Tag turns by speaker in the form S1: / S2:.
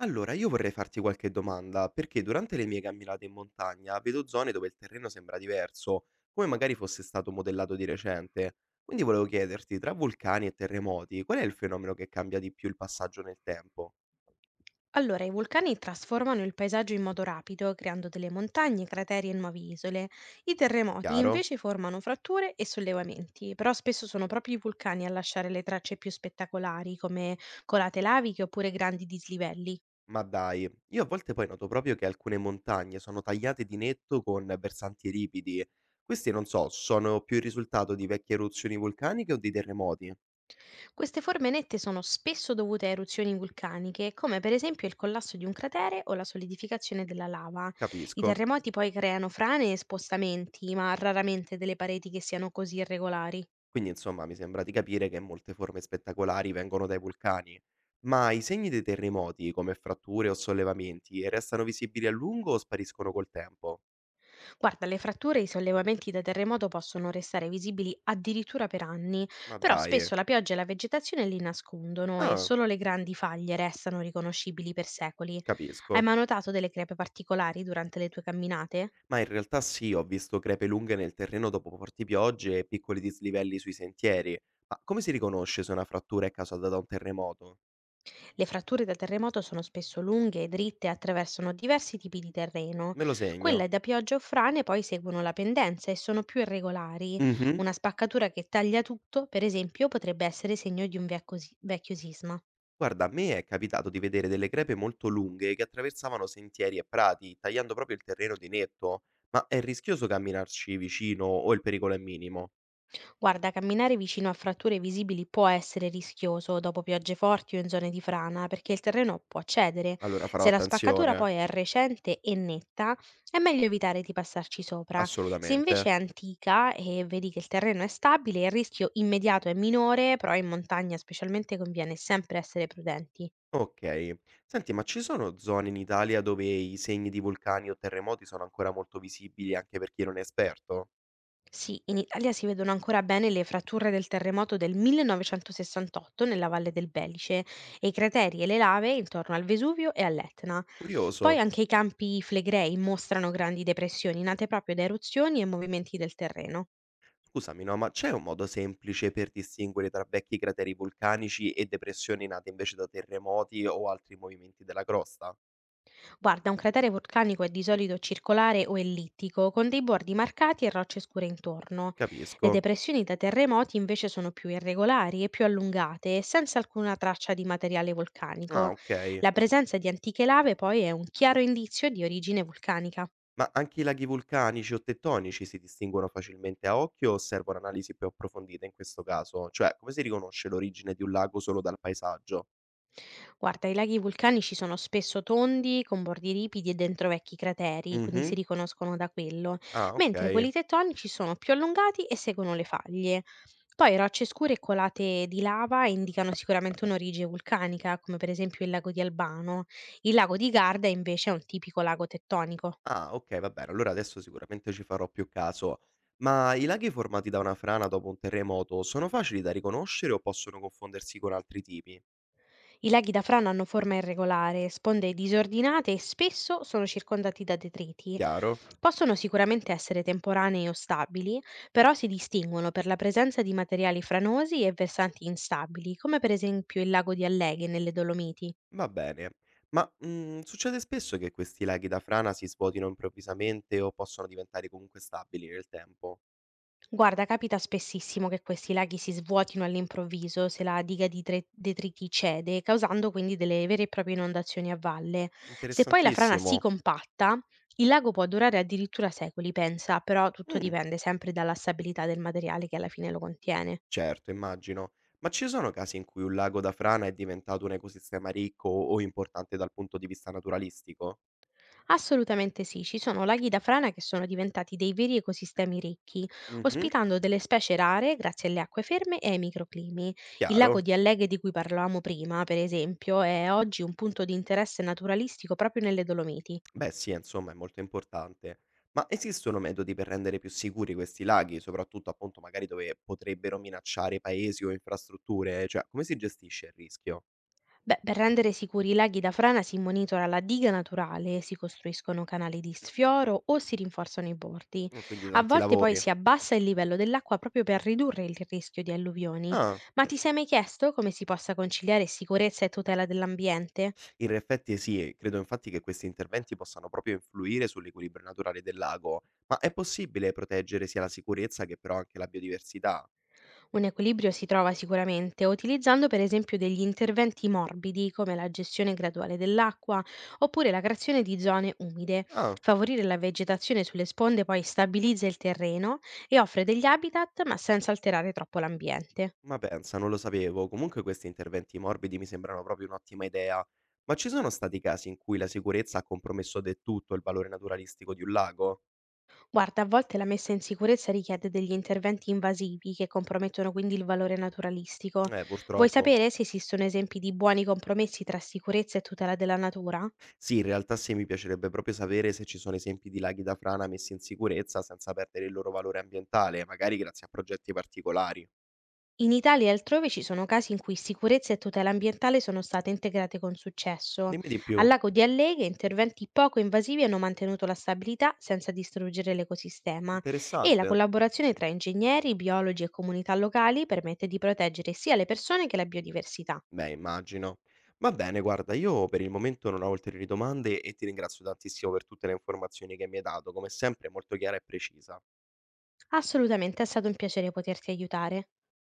S1: Allora, io vorrei farti qualche domanda, perché durante le mie camminate in montagna vedo zone dove il terreno sembra diverso, come magari fosse stato modellato di recente. Quindi volevo chiederti, tra vulcani e terremoti, qual è il fenomeno che cambia di più il passaggio nel tempo?
S2: Allora, i vulcani trasformano il paesaggio in modo rapido, creando delle montagne, crateri e nuove isole. I terremoti
S1: Chiaro?
S2: invece formano fratture e sollevamenti, però spesso sono proprio i vulcani a lasciare le tracce più spettacolari, come colate laviche oppure grandi dislivelli.
S1: Ma dai, io a volte poi noto proprio che alcune montagne sono tagliate di netto con versanti ripidi. Questi, non so, sono più il risultato di vecchie eruzioni vulcaniche o di terremoti?
S2: Queste forme nette sono spesso dovute a eruzioni vulcaniche, come per esempio il collasso di un cratere o la solidificazione della lava. I
S1: Capisco.
S2: terremoti poi creano frane e spostamenti, ma raramente delle pareti che siano così irregolari.
S1: Quindi insomma mi sembra di capire che molte forme spettacolari vengono dai vulcani. Ma i segni dei terremoti, come fratture o sollevamenti, restano visibili a lungo o spariscono col tempo?
S2: Guarda, le fratture e i sollevamenti da terremoto possono restare visibili addirittura per anni,
S1: Ma
S2: però
S1: dai. Eh.
S2: spesso la pioggia e la vegetazione li nascondono e
S1: Ah,
S2: solo le grandi faglie restano riconoscibili per secoli. Hai
S1: capisco.
S2: mai notato delle crepe particolari durante le tue camminate?
S1: Ma in realtà sì, ho visto crepe lunghe nel terreno dopo forti piogge e piccoli dislivelli sui sentieri. Ma come si riconosce se una frattura è causata da un terremoto?
S2: Le fratture da terremoto sono spesso lunghe e dritte e attraversano diversi tipi di terreno.
S1: Me lo
S2: Quelle
S1: segno.
S2: da pioggia o frane poi seguono la pendenza e sono più irregolari.
S1: Mhm.
S2: Una spaccatura che taglia tutto, per esempio, potrebbe essere segno di un vecchio sisma.
S1: Guarda, a me è capitato di vedere delle crepe molto lunghe che attraversavano sentieri e prati, tagliando proprio il terreno di netto, ma è rischioso camminarci vicino o il pericolo è minimo?
S2: Guarda, camminare vicino a fratture visibili può essere rischioso dopo piogge forti o in zone di frana, perché il terreno può cedere.
S1: Allora farò
S2: Se la spaccatura
S1: attenzione,
S2: poi è recente e netta, è meglio evitare di passarci sopra. Se invece è
S1: assolutamente.
S2: antica e vedi che il terreno è stabile, il rischio immediato è minore, però in montagna specialmente conviene sempre essere prudenti.
S1: Ok, senti, ma ci sono zone in Italia dove i segni di vulcani o terremoti sono ancora molto visibili anche per chi non è esperto?
S2: Sì, in Italia si vedono ancora bene le fratture del terremoto del 1968 nella Valle del Belice e i crateri e le lave intorno al Vesuvio e all'Etna. Poi
S1: Curioso.
S2: anche i campi flegrei mostrano grandi depressioni nate proprio da eruzioni e movimenti del terreno.
S1: Scusami, no, ma c'è un modo semplice per distinguere tra vecchi crateri vulcanici e depressioni nate invece da terremoti o altri movimenti della crosta?
S2: Guarda, un cratere vulcanico è di solito circolare o ellittico, con dei bordi marcati e rocce scure intorno. Le
S1: Capisco.
S2: depressioni da terremoti invece sono più irregolari e più allungate, e senza alcuna traccia di materiale
S1: Ah,
S2: vulcanico.
S1: okay.
S2: La presenza di antiche lave poi è un chiaro indizio di origine vulcanica.
S1: Ma anche i laghi vulcanici o tettonici si distinguono facilmente a occhio o servono analisi più approfondite in questo caso? Cioè, come si riconosce l'origine di un lago solo dal paesaggio?
S2: Guarda, i laghi vulcanici sono spesso tondi, con bordi ripidi e dentro vecchi crateri, quindi si
S1: Mh-mh.
S2: riconoscono da quello,
S1: Ah,
S2: mentre
S1: okay.
S2: quelli tettonici sono più allungati e seguono le faglie. Poi rocce scure e colate di lava indicano sicuramente un'origine vulcanica, come per esempio il lago di Albano. Il lago di Garda invece è un tipico lago tettonico.
S1: Ah, okay, va bene, allora adesso sicuramente ci farò più caso. Ma i laghi formati da una frana dopo un terremoto sono facili da riconoscere o possono confondersi con altri tipi?
S2: I laghi da frana hanno forma irregolare, sponde disordinate e spesso sono circondati da detriti.
S1: Chiaro.
S2: Possono sicuramente essere temporanei o stabili, però si distinguono per la presenza di materiali franosi e versanti instabili, come per esempio il lago di Alleghe nelle Dolomiti.
S1: Va bene. Ma, succede spesso che questi laghi da frana si svuotino improvvisamente o possono diventare comunque stabili nel tempo?
S2: Guarda, capita spessissimo che questi laghi si svuotino all'improvviso se la detriti cede, causando quindi delle vere e proprie inondazioni a valle. Se poi la frana si
S1: Interessantissimo.
S2: compatta, il lago può durare addirittura secoli, pensa, però tutto
S1: Mh,
S2: dipende sempre dalla stabilità del materiale che alla fine lo contiene.
S1: certo, immagino. Ma ci sono casi in cui un lago da frana è diventato un ecosistema ricco o importante dal punto di vista naturalistico?
S2: Assolutamente sì, ci sono laghi da frana che sono diventati dei veri ecosistemi ricchi,
S1: Mh-mh,
S2: ospitando delle specie rare grazie alle acque ferme e ai microclimi. Il lago
S1: chiaro.
S2: di Alleghe di cui parlavamo prima, per esempio, è oggi un punto di interesse naturalistico proprio nelle Dolomiti.
S1: Beh sì, insomma è molto importante. Ma esistono metodi per rendere più sicuri questi laghi, soprattutto appunto magari dove potrebbero minacciare paesi o infrastrutture? Cioè, come si gestisce il rischio?
S2: Beh, per rendere sicuri i laghi da frana si monitora la diga naturale, si costruiscono canali di sfioro o si rinforzano i bordi.
S1: Quindi
S2: A
S1: tanti
S2: volte poi
S1: lavori.
S2: si abbassa il livello dell'acqua proprio per ridurre il rischio di alluvioni.
S1: Ah,
S2: Ma ti sei mai chiesto come si possa conciliare sicurezza e tutela dell'ambiente?
S1: in effetti sì, credo infatti che questi interventi possano proprio influire sull'equilibrio naturale del lago. Ma è possibile proteggere sia la sicurezza che però anche la biodiversità?
S2: Un equilibrio si trova sicuramente utilizzando per esempio degli interventi morbidi come la gestione graduale dell'acqua oppure la creazione di zone umide.
S1: Ah,
S2: Favorire la vegetazione sulle sponde poi stabilizza il terreno e offre degli habitat ma senza alterare troppo l'ambiente.
S1: ma pensa, non lo sapevo. Comunque questi interventi morbidi mi sembrano proprio un'ottima idea. Ma ci sono stati casi in cui la sicurezza ha compromesso del tutto il valore naturalistico di un lago?
S2: Guarda, a volte la messa in sicurezza richiede degli interventi invasivi che compromettono quindi il valore naturalistico. Vuoi
S1: Purtroppo.
S2: sapere se esistono esempi di buoni compromessi tra sicurezza e tutela della natura?
S1: Sì, in realtà sì, mi piacerebbe proprio sapere se ci sono esempi di laghi da frana messi in sicurezza senza perdere il loro valore ambientale, magari grazie a progetti particolari.
S2: In Italia e altrove ci sono casi in cui sicurezza e tutela ambientale sono state integrate con successo.
S1: Dimmi di
S2: Al
S1: più.
S2: lago di Alleghe interventi poco invasivi hanno mantenuto la stabilità senza distruggere l'ecosistema e la
S1: Interessante?
S2: collaborazione tra ingegneri, biologi e comunità locali permette di proteggere sia le persone che la biodiversità.
S1: Beh, immagino. Va bene, guarda, io per il momento non ho ulteriori domande e ti ringrazio tantissimo per tutte le informazioni che mi hai dato, come sempre molto chiara e precisa.
S2: Assolutamente è stato un piacere poterti aiutare.